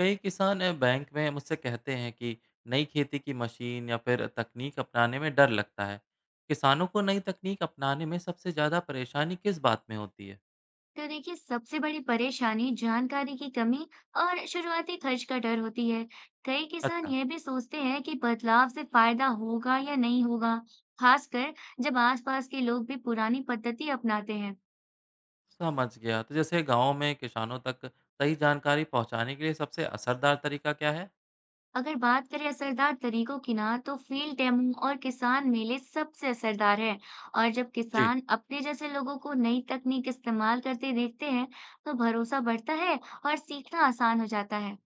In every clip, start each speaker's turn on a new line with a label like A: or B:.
A: कई किसान बैंक में मुझसे कहते हैं कि नई खेती की मशीन या फिर तकनीक अपनाने में डर लगता है। किसानों को नई तकनीक अपनाने में सबसे ज़्यादा परेशानी किस बात में होती है?
B: तो देखिए, सबसे बड़ी परेशानी जानकारी की कमी और शुरुआती खर्च का डर होती है। कई किसान
A: अच्छा।
B: यह भी सोचते हैं कि बदलाव से फायदा होगा या नहीं होगा, खासकर जब आसपास के लोग भी पुरानी पद्धति अपनाते हैं।
A: समझ गया। तो जैसे गांव में किसानों तक सही जानकारी पहुंचाने के लिए सबसे असरदार तरीका क्या है?
B: अगर बात करें असरदार तरीकों की ना, तो फील्ड डेमो और किसान मेले सबसे असरदार है। और जब
A: जी।
B: किसान अपने जैसे लोगों को नई तकनीक इस्तेमाल करते देखते हैं, तो भरोसा बढ़ता है और सीखना आसान हो जाता है।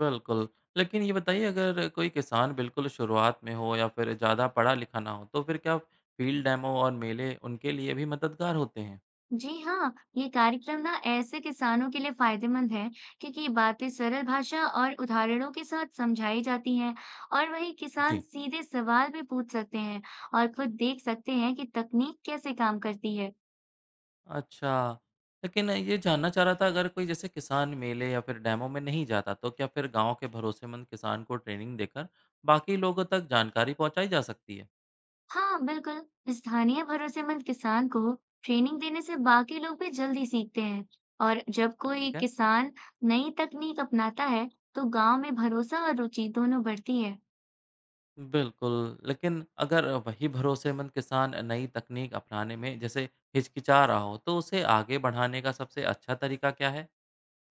A: बिल्कुल। लेकिन ये बताइए, अगर कोई किसान बिल्कुल शुरुआत में हो या फिर ज़्यादा पढ़ा लिखा ना हो तो फिर क्या फील्ड डेमो और मेले उनके लिए भी मददगार होते हैं?
B: जी हाँ, ये कार्यक्रम ना ऐसे किसानों के लिए फायदेमंद है, क्योंकि ये बातें सरल भाषा और उदाहरणों के साथ समझाई जाती हैं और वही किसान
A: जी।
B: सीधे सवाल भी पूछ सकते हैं और खुद देख सकते हैं कि तकनीक कैसे काम करती है।
A: अच्छा, लेकिन ये जानना चाह रहा था, अगर कोई जैसे किसान मेले या फिर डेमो में नहीं जाता तो क्या फिर गाँव के भरोसेमंद किसान को ट्रेनिंग देकर बाकी लोगों तक जानकारी पहुँचाई जा सकती है?
B: हाँ, बिल्कुल। स्थानीय भरोसेमंद किसान को ट्रेनिंग देने से बाकी लोग भी जल्दी सीखते हैं, और जब कोई
A: ठीक है।
B: किसान नई तकनीक अपनाता है, तो गांव में भरोसा और रुचि दोनों बढ़ती है।
A: बिल्कुल, लेकिन अगर वही भरोसेमंद किसान नई तकनीक अपनाने में जैसे हिचकिचा रहा हो तो उसे आगे बढ़ाने का सबसे अच्छा तरीका क्या है?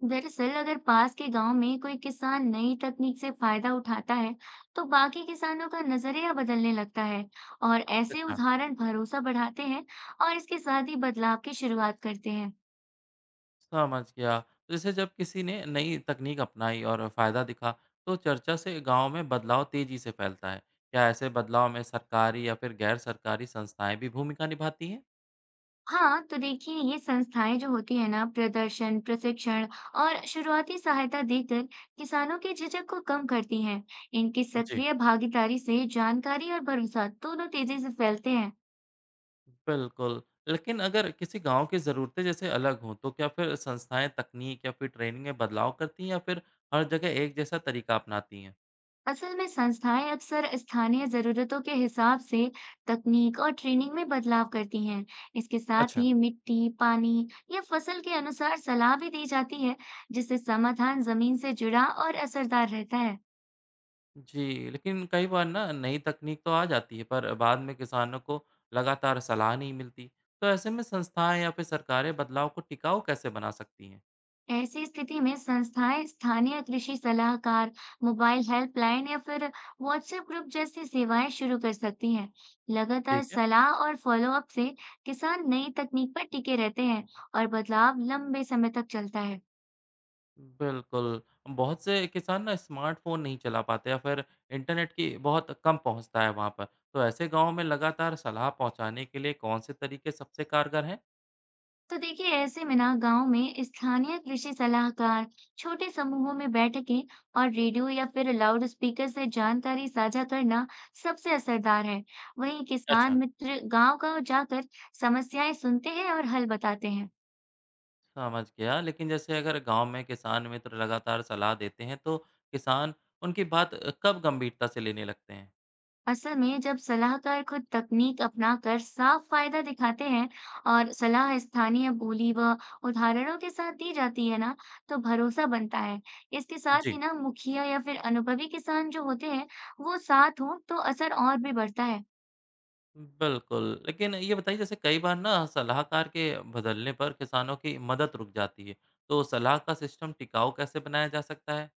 B: दरअसल, अगर पास के गांव में कोई किसान नई तकनीक से फायदा उठाता है, तो बाकी किसानों का नजरिया बदलने लगता है और ऐसे
A: अच्छा।
B: उदाहरण भरोसा बढ़ाते हैं और इसके साथ ही बदलाव की शुरुआत करते हैं।
A: समझ गया। तो जैसे जब किसी ने नई तकनीक अपनाई और फायदा दिखा, तो चर्चा से गांव में बदलाव तेजी से फैलता है। क्या ऐसे बदलाव में सरकारी या फिर गैर सरकारी संस्थाएं भी भूमिका निभाती हैं?
B: हाँ, तो देखिए, ये संस्थाएं जो होती है ना, प्रदर्शन, प्रशिक्षण और शुरुआती सहायता देकर किसानों के झिझक को कम करती हैं। इनकी
A: जी।
B: सक्रिय भागीदारी से जानकारी और भरोसा दोनों तेजी से फैलते हैं।
A: बिल्कुल। लेकिन अगर किसी गांव की ज़रूरतें जैसे अलग हों, तो क्या फिर संस्थाएं तकनीक या फिर ट्रेनिंग में बदलाव करती हैं या फिर हर जगह एक जैसा तरीका अपनाती हैं?
B: असल में, संस्थाएं अक्सर स्थानीय जरूरतों के हिसाब से तकनीक और ट्रेनिंग में बदलाव करती हैं। इसके साथ
A: अच्छा।
B: ही मिट्टी, पानी या फसल के अनुसार सलाह भी दी जाती है, जिससे समाधान जमीन से जुड़ा और असरदार रहता है।
A: जी, लेकिन कई बार ना नई तकनीक तो आ जाती है पर बाद में किसानों को लगातार सलाह नहीं मिलती। तो ऐसे में संस्थाएं या फिर सरकारें बदलाव को टिकाऊ कैसे बना सकती हैं?
B: ऐसी स्थिति में संस्थाएं स्थानीय कृषि सलाहकार, मोबाइल हेल्पलाइन या फिर व्हाट्सएप ग्रुप जैसी सेवाएं शुरू कर सकती हैं। लगातार
A: ठीक है।
B: सलाह और फॉलोअप से किसान नई तकनीक पर टिके रहते हैं और बदलाव लंबे समय तक चलता है।
A: बिल्कुल, बहुत से किसान ना स्मार्टफोन नहीं चला पाते या फिर इंटरनेट की बहुत कम पहुंचता है वहां पर। तो ऐसे गांव में लगातार सलाह पहुंचाने के लिए कौन से तरीके सबसे कारगर हैं?
B: तो देखिए, ऐसे में ना गांव में स्थानीय कृषि सलाहकार, छोटे समूहों में बैठकें और रेडियो या फिर लाउड स्पीकर से जानकारी साझा करना सबसे असरदार है। वहीं किसान
A: अच्छा।
B: मित्र गांव गांव जाकर समस्याएं सुनते हैं और हल बताते हैं।
A: समझ गया, लेकिन जैसे अगर गांव में किसान मित्र लगातार सलाह देते हैं तो किसान उनकी बात कब गंभीरता से लेने लगते हैं?
B: असल में, जब सलाहकार खुद तकनीक अपनाकर साफ फायदा दिखाते हैं और सलाह स्थानीय बोली व उदाहरणों के साथ दी जाती है ना, तो भरोसा बनता है। इसके साथ
A: जी।
B: ही ना मुखिया या फिर अनुभवी किसान जो होते हैं, वो साथ हों, तो असर और भी बढ़ता है।
A: बिल्कुल, लेकिन ये बताइए, जैसे कई बार ना सलाहकार के बदलने पर किसानों की मदद रुक जाती है, तो सलाह का सिस्टम टिकाऊ कैसे बनाया जा सकता है?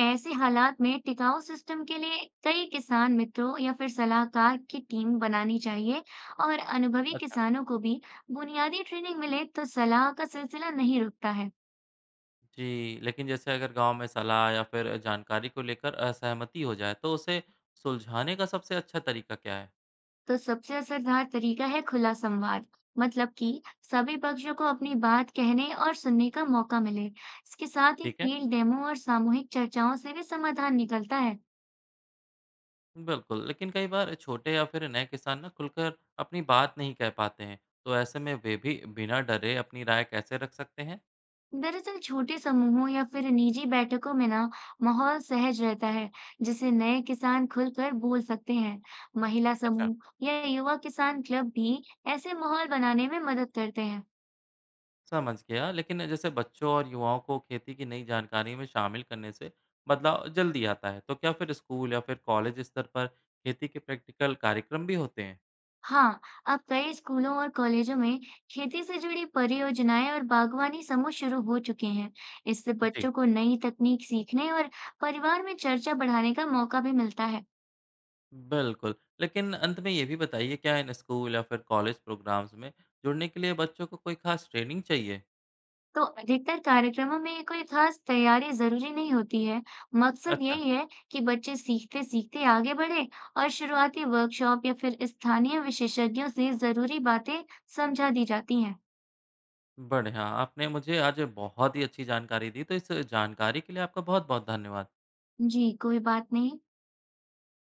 B: ऐसे हालात में टिकाऊ सिस्टम के लिए कई किसान मित्रों या फिर सलाहकार की टीम बनानी चाहिए, और अनुभवी
A: अच्छा।
B: किसानों को भी बुनियादी ट्रेनिंग मिले, तो सलाह का सिलसिला नहीं रुकता है।
A: जी, लेकिन जैसे अगर गाँव में सलाह या फिर जानकारी को लेकर असहमति हो जाए, तो उसे सुलझाने का सबसे अच्छा तरीका क्या है?
B: तो सबसे असरदार तरीका है खुला संवाद, मतलब कि सभी पक्षों को अपनी बात कहने और सुनने का मौका मिले। इसके साथ ही
A: ठीक है।
B: फील्ड डेमो और सामूहिक चर्चाओं से भी समाधान निकलता है।
A: बिल्कुल, लेकिन कई बार छोटे या फिर नए किसान ना खुलकर अपनी बात नहीं कह पाते हैं, तो ऐसे में वे भी बिना डरे अपनी राय कैसे रख सकते हैं?
B: दरअसल, छोटे समूहों या फिर निजी बैठकों में ना माहौल सहज रहता है, जिसे नए किसान खुलकर बोल सकते हैं। महिला
A: अच्छा।
B: समूह या युवा किसान क्लब भी ऐसे माहौल बनाने में मदद करते हैं।
A: समझ गया, लेकिन जैसे बच्चों और युवाओं को खेती की नई जानकारी में शामिल करने से बदलाव जल्दी आता है, तो क्या फिर स्कूल या फिर कॉलेज स्तर पर खेती के प्रैक्टिकल कार्यक्रम भी होते हैं?
B: हाँ, अब कई स्कूलों और कॉलेजों में खेती से जुड़ी परियोजनाएं और बागवानी समूह शुरू हो चुके हैं। इससे
A: जी।
B: बच्चों को नई तकनीक सीखने और परिवार में चर्चा बढ़ाने का मौका भी मिलता है।
A: बिल्कुल। लेकिन अंत में ये भी बताइए, क्या इन स्कूल या फिर कॉलेज प्रोग्राम्स में जुड़ने के लिए बच्चों को कोई खास ट्रेनिंग चाहिए?
B: तो अधिकतर कार्यक्रमों में कोई खास तैयारी जरूरी नहीं होती है। मकसद
A: अच्छा।
B: यही है कि बच्चे सीखते सीखते आगे बढ़े और शुरुआती वर्कशॉप या फिर स्थानीय विशेषज्ञों से जरूरी बातें समझा दी जाती हैं।
A: बढ़िया, आपने मुझे आज बहुत ही अच्छी जानकारी दी, तो इस जानकारी के लिए आपका बहुत बहुत धन्यवाद।
B: जी, कोई बात नहीं।